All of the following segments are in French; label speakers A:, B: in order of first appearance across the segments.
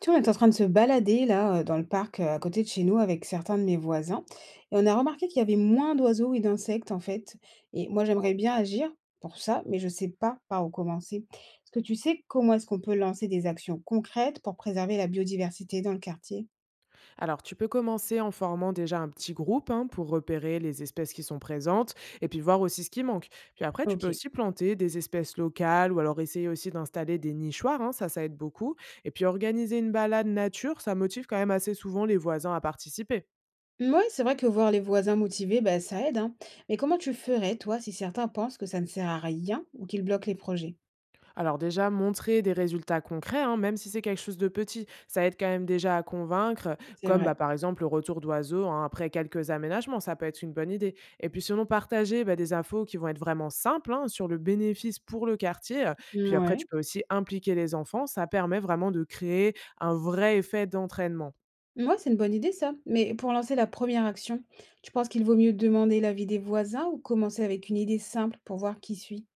A: Tu vois, on est en train de se balader là, dans le parc, à côté de chez nous avec certains de mes voisins et on a remarqué qu'il y avait moins d'oiseaux et d'insectes en fait, et moi j'aimerais bien agir pour ça, mais je ne sais pas par où commencer. Est-ce que tu sais comment est-ce qu'on peut lancer des actions concrètes pour préserver la biodiversité dans le quartier?
B: Alors, tu peux commencer en formant déjà un petit groupe hein, pour repérer les espèces qui sont présentes et puis voir aussi ce qui manque. Puis après, tu peux
A: Ok.
B: aussi planter des espèces locales ou alors essayer aussi d'installer des nichoirs, hein, ça aide beaucoup. Et puis organiser une balade nature, ça motive quand même assez souvent les voisins à participer.
A: Mouais, c'est vrai que voir les voisins motivés, bah, ça aide, hein. Mais comment tu ferais toi si certains pensent que ça ne sert à rien ou qu'ils bloquent les projets?
B: Alors déjà, montrer des résultats concrets, hein, même si c'est quelque chose de petit, ça aide quand même déjà à convaincre,
A: C'est
B: comme bah,
A: vrai.
B: par exemple le retour d'oiseaux hein, après quelques aménagements, ça peut être une bonne idée. Et puis sinon, partager bah, des infos qui vont être vraiment simples hein, sur le bénéfice pour le quartier. Puis après,
A: Ouais.
B: tu peux aussi impliquer les enfants, ça permet vraiment de créer un vrai effet d'entraînement.
A: Ouais, c'est une bonne idée ça. Mais pour lancer la première action, tu penses qu'il vaut mieux demander l'avis des voisins ou commencer avec une idée simple pour voir qui suit?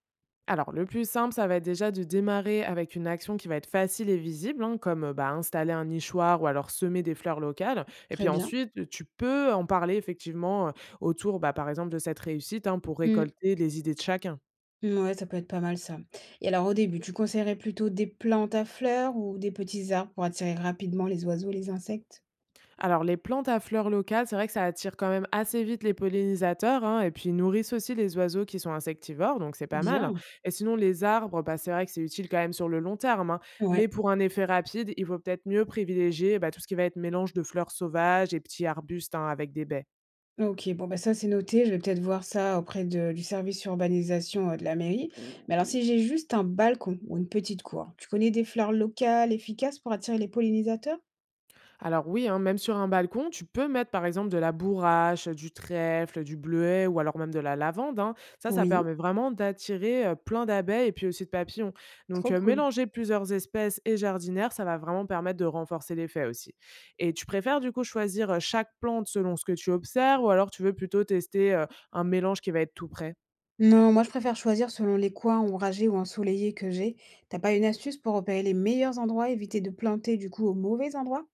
B: Alors, le plus simple, ça va être déjà de démarrer avec une action qui va être facile et visible, hein, comme bah, installer un nichoir ou alors semer des fleurs locales. Et
A: Très
B: puis
A: bien.
B: ensuite, tu peux en parler effectivement autour, bah, par exemple, de cette réussite hein, pour
A: Mmh.
B: récolter les idées de chacun.
A: Ouais, ça peut être pas mal ça. Et alors au début, tu conseillerais plutôt des plantes à fleurs ou des petits arbres pour attirer rapidement les oiseaux et les insectes?
B: Alors, les plantes à fleurs locales, c'est vrai que ça attire quand même assez vite les pollinisateurs hein, et puis ils nourrissent aussi les oiseaux qui sont insectivores, donc c'est pas mal.
A: Bien.
B: Et sinon, les arbres, bah, c'est vrai que c'est utile quand même sur le long terme, hein, mais
A: Ouais.
B: pour un effet rapide, il vaut peut-être mieux privilégier bah, tout ce qui va être mélange de fleurs sauvages et petits arbustes hein, avec des baies.
A: Ok, bon bah ça c'est noté, je vais peut-être voir ça auprès de- du service urbanisation de la mairie. Mais alors si j'ai juste un balcon ou une petite cour, tu connais des fleurs locales efficaces pour attirer les pollinisateurs?
B: Alors oui, hein, même sur un balcon, tu peux mettre par exemple de la bourrache, du trèfle, du bleuet ou alors même de la lavande. Hein. Ça
A: Oui,
B: permet vraiment d'attirer plein d'abeilles et puis aussi de papillons. Donc
A: trop cool.
B: mélanger plusieurs espèces et jardinaires, ça va vraiment permettre de renforcer l'effet aussi. Et tu préfères du coup choisir chaque plante selon ce que tu observes ou alors tu veux plutôt tester un mélange qui va être tout prêt.
A: Non, moi je préfère choisir selon les coins ombragés ou ensoleillés que j'ai. T'as pas une astuce pour repérer les meilleurs endroits, éviter de planter du coup au mauvais endroit?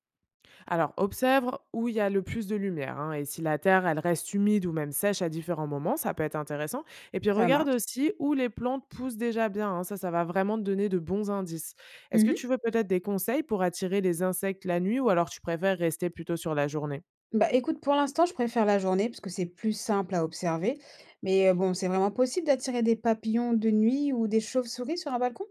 B: Alors, observe où il y a le plus de lumière. Hein, et si la terre, elle reste humide ou même sèche à différents moments, ça peut être intéressant. Et puis,
A: Ça
B: regarde
A: marche.
B: aussi où les plantes poussent déjà bien. Hein, ça va vraiment te donner de bons indices. Est-ce que tu
A: Mhm.
B: veux peut-être des conseils pour attirer les insectes la nuit ou alors tu préfères rester plutôt sur la journée?
A: Bah écoute, pour l'instant, je préfère la journée parce que c'est plus simple à observer. Mais bon, c'est vraiment possible d'attirer des papillons de nuit ou des chauves-souris sur un balcon?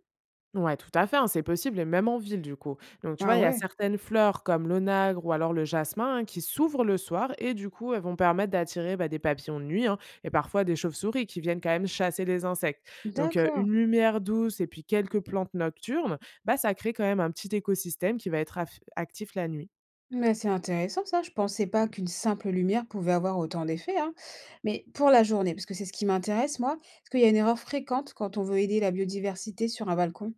B: Ouais, tout à fait, hein, c'est possible et même en ville du coup. Donc tu
A: Ah
B: vois, il y a
A: ouais,
B: certaines fleurs comme l'onagre ou alors le jasmin hein, qui s'ouvrent le soir et du coup, elles vont permettre d'attirer bah, des papillons de nuit hein, et parfois des chauves-souris qui viennent quand même chasser les insectes. Donc
A: d'accord.
B: une lumière douce et puis quelques plantes nocturnes, bah, ça crée quand même un petit écosystème qui va être actif la nuit.
A: Mais c'est intéressant ça, je pensais pas qu'une simple lumière pouvait avoir autant d'effets, hein. Mais pour la journée, parce que c'est ce qui m'intéresse moi, est-ce qu'il y a une erreur fréquente quand on veut aider la biodiversité sur un balcon?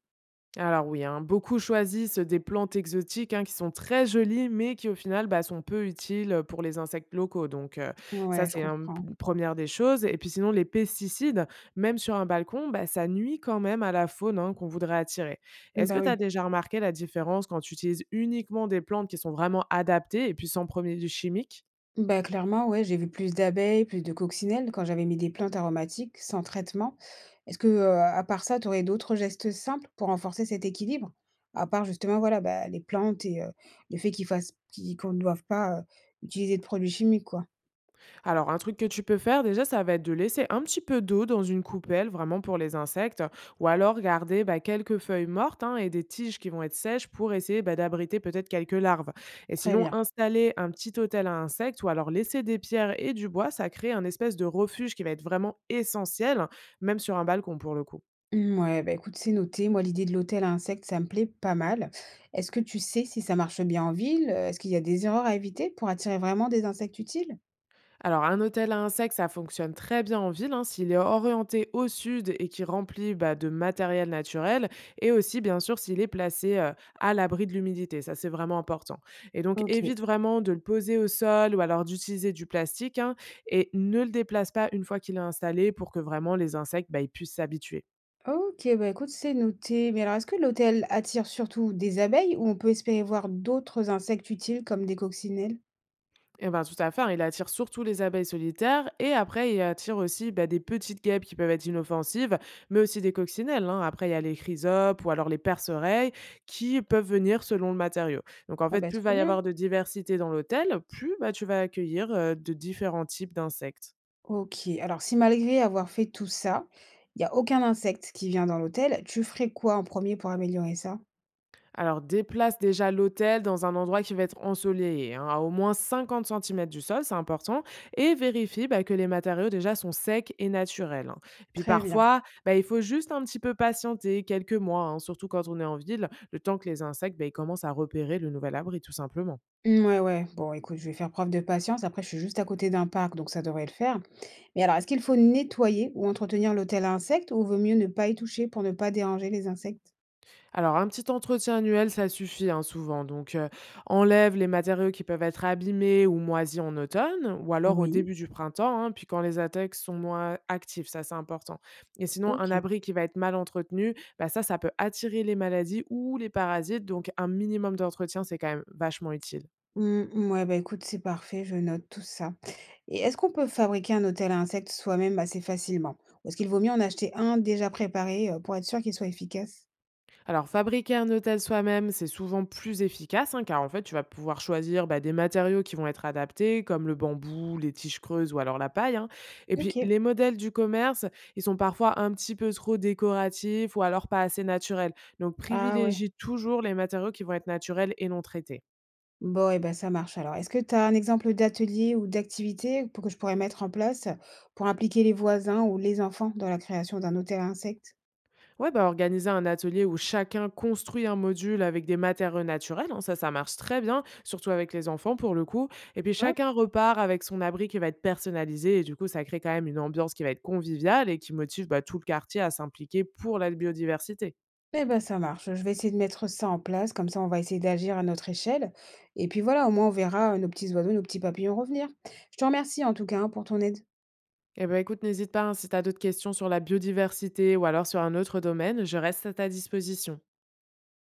B: Alors oui, hein, beaucoup choisissent des plantes exotiques hein, qui sont très jolies, mais qui au final bah, sont peu utiles pour les insectes locaux. Donc ça,
A: Ouais, je
B: c'est
A: comprends.
B: une première des choses. Et puis sinon, les pesticides, même sur un balcon, bah, ça nuit quand même à la faune hein, qu'on voudrait attirer. Est-ce
A: Bah
B: que tu as
A: oui.
B: déjà remarqué la différence quand tu utilises uniquement des plantes qui sont vraiment adaptées et puis sans produits chimiques?
A: Bah clairement, ouais, j'ai vu plus d'abeilles, plus de coccinelles quand j'avais mis des plantes aromatiques sans traitement. Est-ce que, à part ça, tu aurais d'autres gestes simples pour renforcer cet équilibre? À part justement, voilà, bah, les plantes et le fait qu'ils fassent, qu'on ne doive pas utiliser de produits chimiques, quoi.
B: Alors, un truc que tu peux faire déjà, ça va être de laisser un petit peu d'eau dans une coupelle, vraiment pour les insectes, ou alors garder bah, quelques feuilles mortes hein, et des tiges qui vont être sèches pour essayer bah, d'abriter peut-être quelques larves. Et
A: Très
B: sinon,
A: bien.
B: installer un petit hôtel à insectes ou alors laisser des pierres et du bois, ça crée un espèce de refuge qui va être vraiment essentiel, même sur un balcon pour le coup.
A: Mm, ouais, bah écoute, c'est noté. Moi, l'idée de l'hôtel à insectes, ça me plaît pas mal. Est-ce que tu sais si ça marche bien en ville? Est-ce qu'il y a des erreurs à éviter pour attirer vraiment des insectes utiles?
B: Alors, un hôtel à insectes, ça fonctionne très bien en ville hein, s'il est orienté au sud et qui remplit bah, de matériel naturel, et aussi, bien sûr, s'il est placé à l'abri de l'humidité. Ça, c'est vraiment important. Et donc,
A: Ok.
B: évite vraiment de le poser au sol ou alors d'utiliser du plastique hein, et ne le déplace pas une fois qu'il est installé pour que vraiment les insectes bah, ils puissent s'habituer.
A: OK, bah, écoute, c'est noté. Mais alors, est-ce que l'hôtel attire surtout des abeilles ou on peut espérer voir d'autres insectes utiles comme des coccinelles?
B: Eh ben, tout à fait, hein, il attire surtout les abeilles solitaires et après, il attire aussi bah, des petites guêpes qui peuvent être inoffensives, mais aussi des coccinelles. Hein. Après, il y a les chrysopes ou alors les perce-oreilles qui peuvent venir selon le matériau. Donc, en
A: Ah
B: fait,
A: bah,
B: plus
A: trop
B: va y
A: bien.
B: avoir de diversité dans l'hôtel, plus bah, tu vas accueillir de différents types d'insectes.
A: Ok, alors si malgré avoir fait tout ça, il n'y a aucun insecte qui vient dans l'hôtel, tu ferais quoi en premier pour améliorer ça?
B: Alors déplace déjà l'autel dans un endroit qui va être ensoleillé, hein, à au moins 50 centimètres du sol, c'est important, et vérifie bah, que les matériaux déjà sont secs et naturels. Hein. Et puis
A: Très bien.
B: parfois, bah, il faut juste un petit peu patienter quelques mois, hein, surtout quand on est en ville, le temps que les insectes bah, ils commencent à repérer le nouvel abri tout simplement.
A: Mm, ouais, ouais. Bon, écoute, je vais faire preuve de patience. Après, je suis juste à côté d'un parc, donc ça devrait le faire. Mais alors, est-ce qu'il faut nettoyer ou entretenir l'hôtel à insectes ou vaut mieux ne pas y toucher pour ne pas déranger les insectes?
B: Alors un petit entretien annuel, ça suffit, hein, souvent. Donc, enlève les matériaux qui peuvent être abîmés ou moisis en automne ou alors au
A: Oui,
B: début du printemps, hein, puis quand les attaques sont moins actives, ça, c'est important. Et sinon, un
A: ok.
B: abri qui va être mal entretenu, bah, ça peut attirer les maladies ou les parasites, donc un minimum d'entretien, c'est quand même vachement utile.
A: Mm, mm, ouais, bah écoute, c'est parfait, je note tout ça. Et est-ce qu'on peut fabriquer un hôtel à insectes soi-même assez facilement? Ou est-ce qu'il vaut mieux en acheter un déjà préparé pour être sûr qu'il soit efficace?
B: Alors, fabriquer un hôtel soi-même, c'est souvent plus efficace, hein, car en fait, tu vas pouvoir choisir bah, des matériaux qui vont être adaptés, comme le bambou, les tiges creuses ou alors la paille. Hein. Et
A: Ok.
B: puis, les modèles du commerce, ils sont parfois un petit peu trop décoratifs ou alors pas assez naturels. Donc,
A: Ah ouais.
B: privilégie toujours les matériaux qui vont être naturels et non traités.
A: Bon, et ben ça marche alors. Est-ce que tu as un exemple d'atelier ou d'activité pour que je pourrais mettre en place pour impliquer les voisins ou les enfants dans la création d'un hôtel à insectes?
B: Ouais, bah, organiser un atelier où chacun construit un module avec des matériaux naturels, hein, ça marche très bien, surtout avec les enfants pour le coup. Et puis
A: Ouais,
B: chacun repart avec son abri qui va être personnalisé et du coup, ça crée quand même une ambiance qui va être conviviale et qui motive bah, tout le quartier à s'impliquer pour la biodiversité.
A: eh ben, ça marche. Je vais essayer de mettre ça en place. Comme ça, on va essayer d'agir à notre échelle. Et puis voilà, au moins, on verra nos petits oiseaux, nos petits papillons revenir. Je te remercie en tout cas hein, pour ton aide.
B: Eh ben écoute, n'hésite pas hein, si tu as d'autres questions sur la biodiversité ou alors sur un autre domaine, je reste à ta disposition.